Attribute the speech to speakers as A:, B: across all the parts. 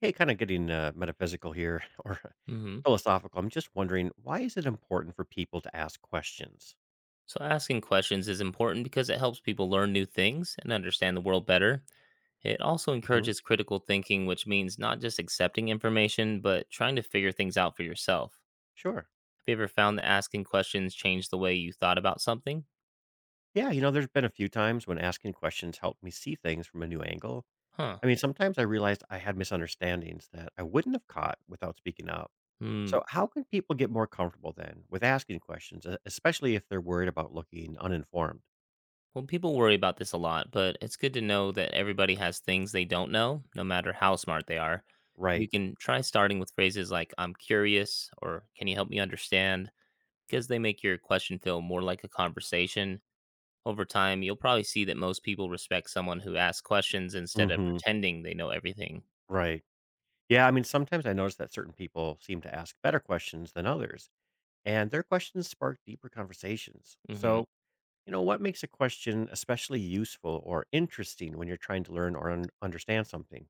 A: Hey, kind of getting metaphysical here or
B: Hmm.
A: philosophical. I'm just wondering, why is it important for people to ask questions?
B: So, asking questions is important because it helps people learn new things and understand the world better. It also
A: hmm
B: encourages critical thinking, which means not just accepting information, but trying to figure things out for yourself.
A: Sure.
B: Have you ever found that asking questions changed the way you thought about something?
A: Yeah, you know, there's been a few times when asking questions helped me see things from a new angle.
B: Huh.
A: I mean, sometimes I realized I had misunderstandings that I wouldn't have caught without speaking up.
B: Hmm.
A: So, how can people get more comfortable then with asking questions, especially if they're worried about looking uninformed?
B: Well, people worry about this a lot, but it's good to know that everybody has things they don't know, no matter how smart they are. You
A: Right.
B: can try starting with phrases like, I'm curious, or can you help me understand? Because they make your question feel more like a conversation. Over time, you'll probably see that most people respect someone who asks questions instead of
A: hmm
B: pretending they know everything.
A: Right. Yeah. I mean, sometimes I notice that certain people seem to ask better questions than others, and their questions spark deeper conversations.
B: Hmm.
A: So, you know, what makes a question especially useful or interesting when you're trying to learn or understand something?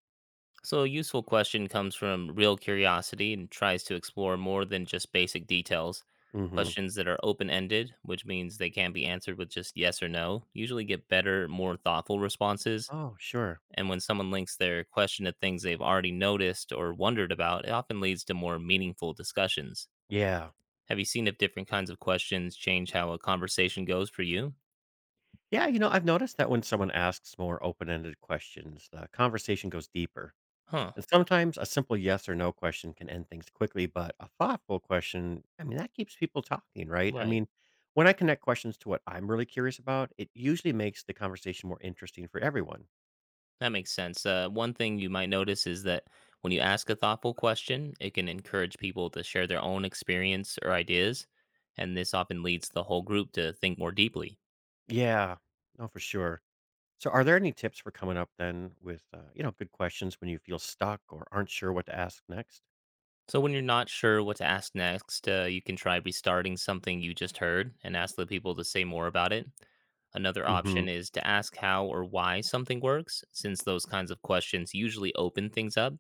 B: So, a useful question comes from real curiosity and tries to explore more than just basic details.
A: hmm
B: Questions that are open ended, which means they can't be answered with just yes or no, usually get better, more thoughtful responses.
A: Oh, sure.
B: And when someone links their question to things they've already noticed or wondered about, it often leads to more meaningful discussions.
A: Yeah.
B: Have you seen if different kinds of questions change how a conversation goes for you?
A: Yeah. You know, I've noticed that when someone asks more open ended questions, the conversation goes deeper.
B: Huh,
A: And sometimes a simple yes or no question can end things quickly, but a thoughtful question, I mean, that keeps people talking, right? I
B: right.
A: mean, when I connect questions to what I'm really curious about, it usually makes the conversation more interesting for everyone.
B: That makes sense. One thing you might notice is that when you ask a thoughtful question, it can encourage people to share their own experience or ideas. And this often leads the whole group to think more deeply.
A: Yeah. No, for sure. So are there any tips for coming up then with, you know, good questions when you feel stuck or aren't sure what to ask next?
B: So, when you're not sure what to ask next, you can try restarting something you just heard and ask the people to say more about it. Another
A: Mhm.
B: option is to ask how or why something works, since those kinds of questions usually open things up.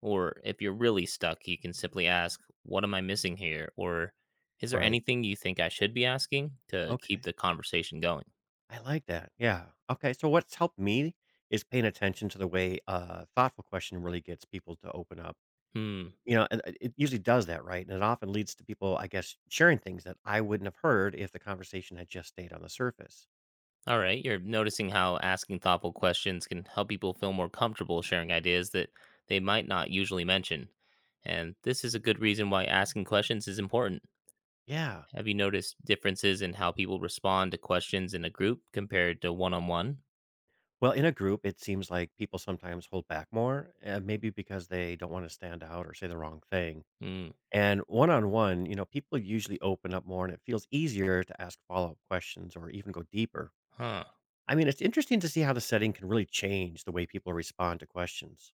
B: Or if you're really stuck, you can simply ask, what am I missing here? Or is there
A: Right.
B: anything you think I should be asking to keep
A: Okay.
B: the conversation going?
A: I like that. Yeah. Okay. So what's helped me is paying attention to the way a thoughtful question really gets people to open up.
B: Hmm.
A: You know, and it usually does that, right? And it often leads to people, I guess, sharing things that I wouldn't have heard if the conversation had just stayed on the surface.
B: All right. You're noticing how asking thoughtful questions can help people feel more comfortable sharing ideas that they might not usually mention. And this is a good reason why asking questions is important.
A: Yeah.
B: Have you noticed differences in how people respond to questions in a group compared to one on one?
A: Well, in a group, it seems like people sometimes hold back more, maybe because they don't want to stand out or say the wrong thing.
B: Hmm.
A: And one on one, you know, people usually open up more and it feels easier to ask follow up questions or even go deeper.
B: Huh.
A: I mean, it's interesting to see how the setting can really change the way people respond to questions.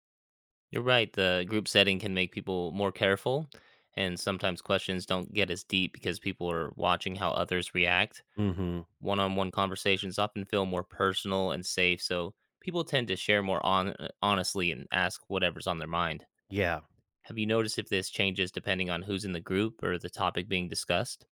B: You're right. The group setting can make people more careful, and sometimes questions don't get as deep because people are watching how others react.
A: hmm
B: One on one conversations often feel more personal and safe, so people tend to share more honestly and ask whatever's on their mind.
A: Yeah.
B: Have you noticed if this changes depending on who's in the group or the topic being discussed?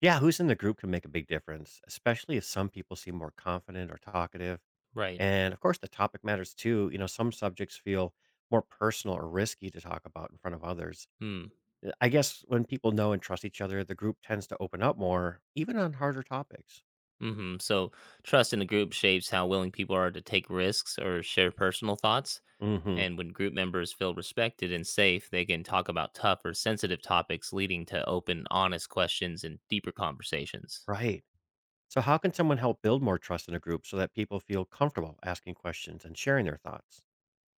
A: Yeah. Who's in the group can make a big difference, especially if some people seem more confident or talkative.
B: Right.
A: And of course, the topic matters too. You know, some subjects feel more personal or risky to talk about in front of others.
B: Hmm.
A: I guess when people know and trust each other, the group tends to open up more, even on harder topics.
B: Mm-hmm. So trust in the group shapes how willing people are to take risks or share personal thoughts.
A: hmm
B: And when group members feel respected and safe, they can talk about tough or sensitive topics, leading to open, honest questions and deeper conversations.
A: Right. So, how can someone help build more trust in a group so that people feel comfortable asking questions and sharing their thoughts?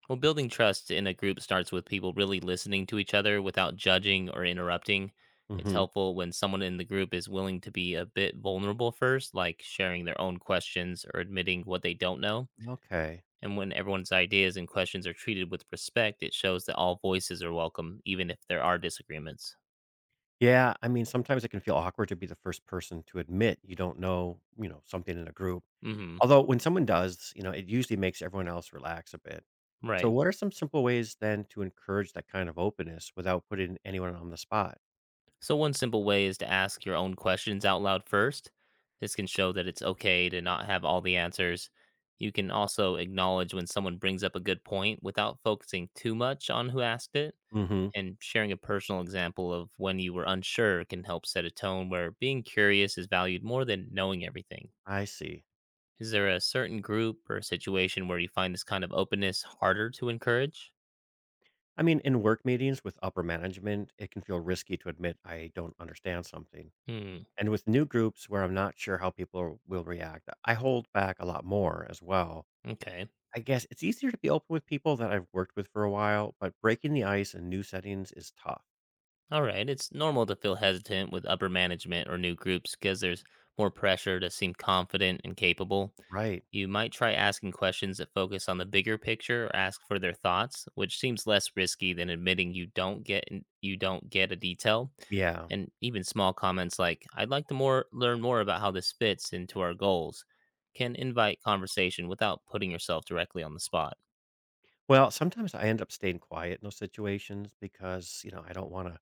B: Well, building trust in a group starts with people really listening to each other without judging or interrupting. It's
A: hmm
B: helpful when someone in the group is willing to be a bit vulnerable first, like sharing their own questions or admitting what they don't know.
A: Okay.
B: And when everyone's ideas and questions are treated with respect, it shows that all voices are welcome, even if there are disagreements.
A: Yeah, I mean, sometimes it can feel awkward to be the first person to admit you don't know, you know, something in a group.
B: Hmm.
A: Although when someone does, you know, it usually makes everyone else relax a bit. So,
B: Right.
A: what are some simple ways then to encourage that kind of openness without putting anyone on the spot?
B: So, one simple way is to ask your own questions out loud first. This can show that it's okay to not have all the answers. You can also acknowledge when someone brings up a good point without focusing too much on who asked it.
A: hmm
B: And sharing a personal example of when you were unsure can help set a tone where being curious is valued more than knowing everything.
A: I see.
B: Is there a certain group or situation where you find this kind of openness harder to encourage?
A: I mean, in work meetings with upper management, it can feel risky to admit I don't understand something.
B: Hmm,
A: And with new groups where I'm not sure how people will react, I hold back a lot more as well.
B: okay.
A: I guess it's easier to be open with people that I've worked with for a while, but breaking the ice in new settings is tough.
B: All right. It's normal to feel hesitant with upper management or new groups because there's more pressure to seem confident and capable.
A: Right.
B: You might try asking questions that focus on the bigger picture or ask for their thoughts, which seems less risky than admitting you don't get in- you don't get a detail.
A: Yeah.
B: And even small comments like "I'd like to more learn more about how this fits into our goals" can invite conversation without putting yourself directly on the spot.
A: Well, sometimes I end up staying quiet in those situations because, you know, I don't want to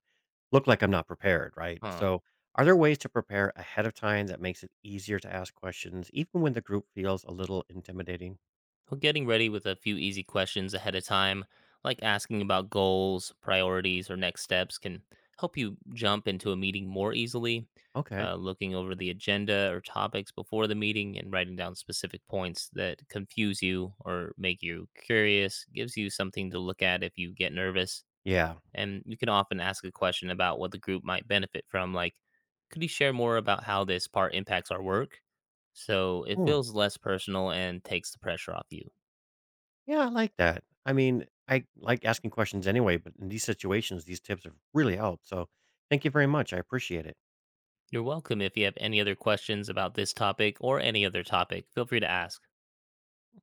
A: look like I'm not prepared. Right.
B: Huh.
A: So, are there ways to prepare ahead of time that makes it easier to ask questions, even when the group feels a little intimidating?
B: Well, getting ready with a few easy questions ahead of time, like asking about goals, priorities, or next steps, can help you jump into a meeting more easily.
A: Okay.
B: Looking over the agenda or topics before the meeting and writing down specific points that confuse you or make you curious gives you something to look at if you get nervous.
A: Yeah.
B: And you can often ask a question about what the group might benefit from, like, could you share more about how this part impacts our work? So it
A: Hmm.
B: feels less personal and takes the pressure off you.
A: Yeah, I like that. I mean, I like asking questions anyway, but in these situations, these tips have really helped. So thank you very much. I appreciate it.
B: You're welcome. If you have any other questions about this topic or any other topic, feel free to ask.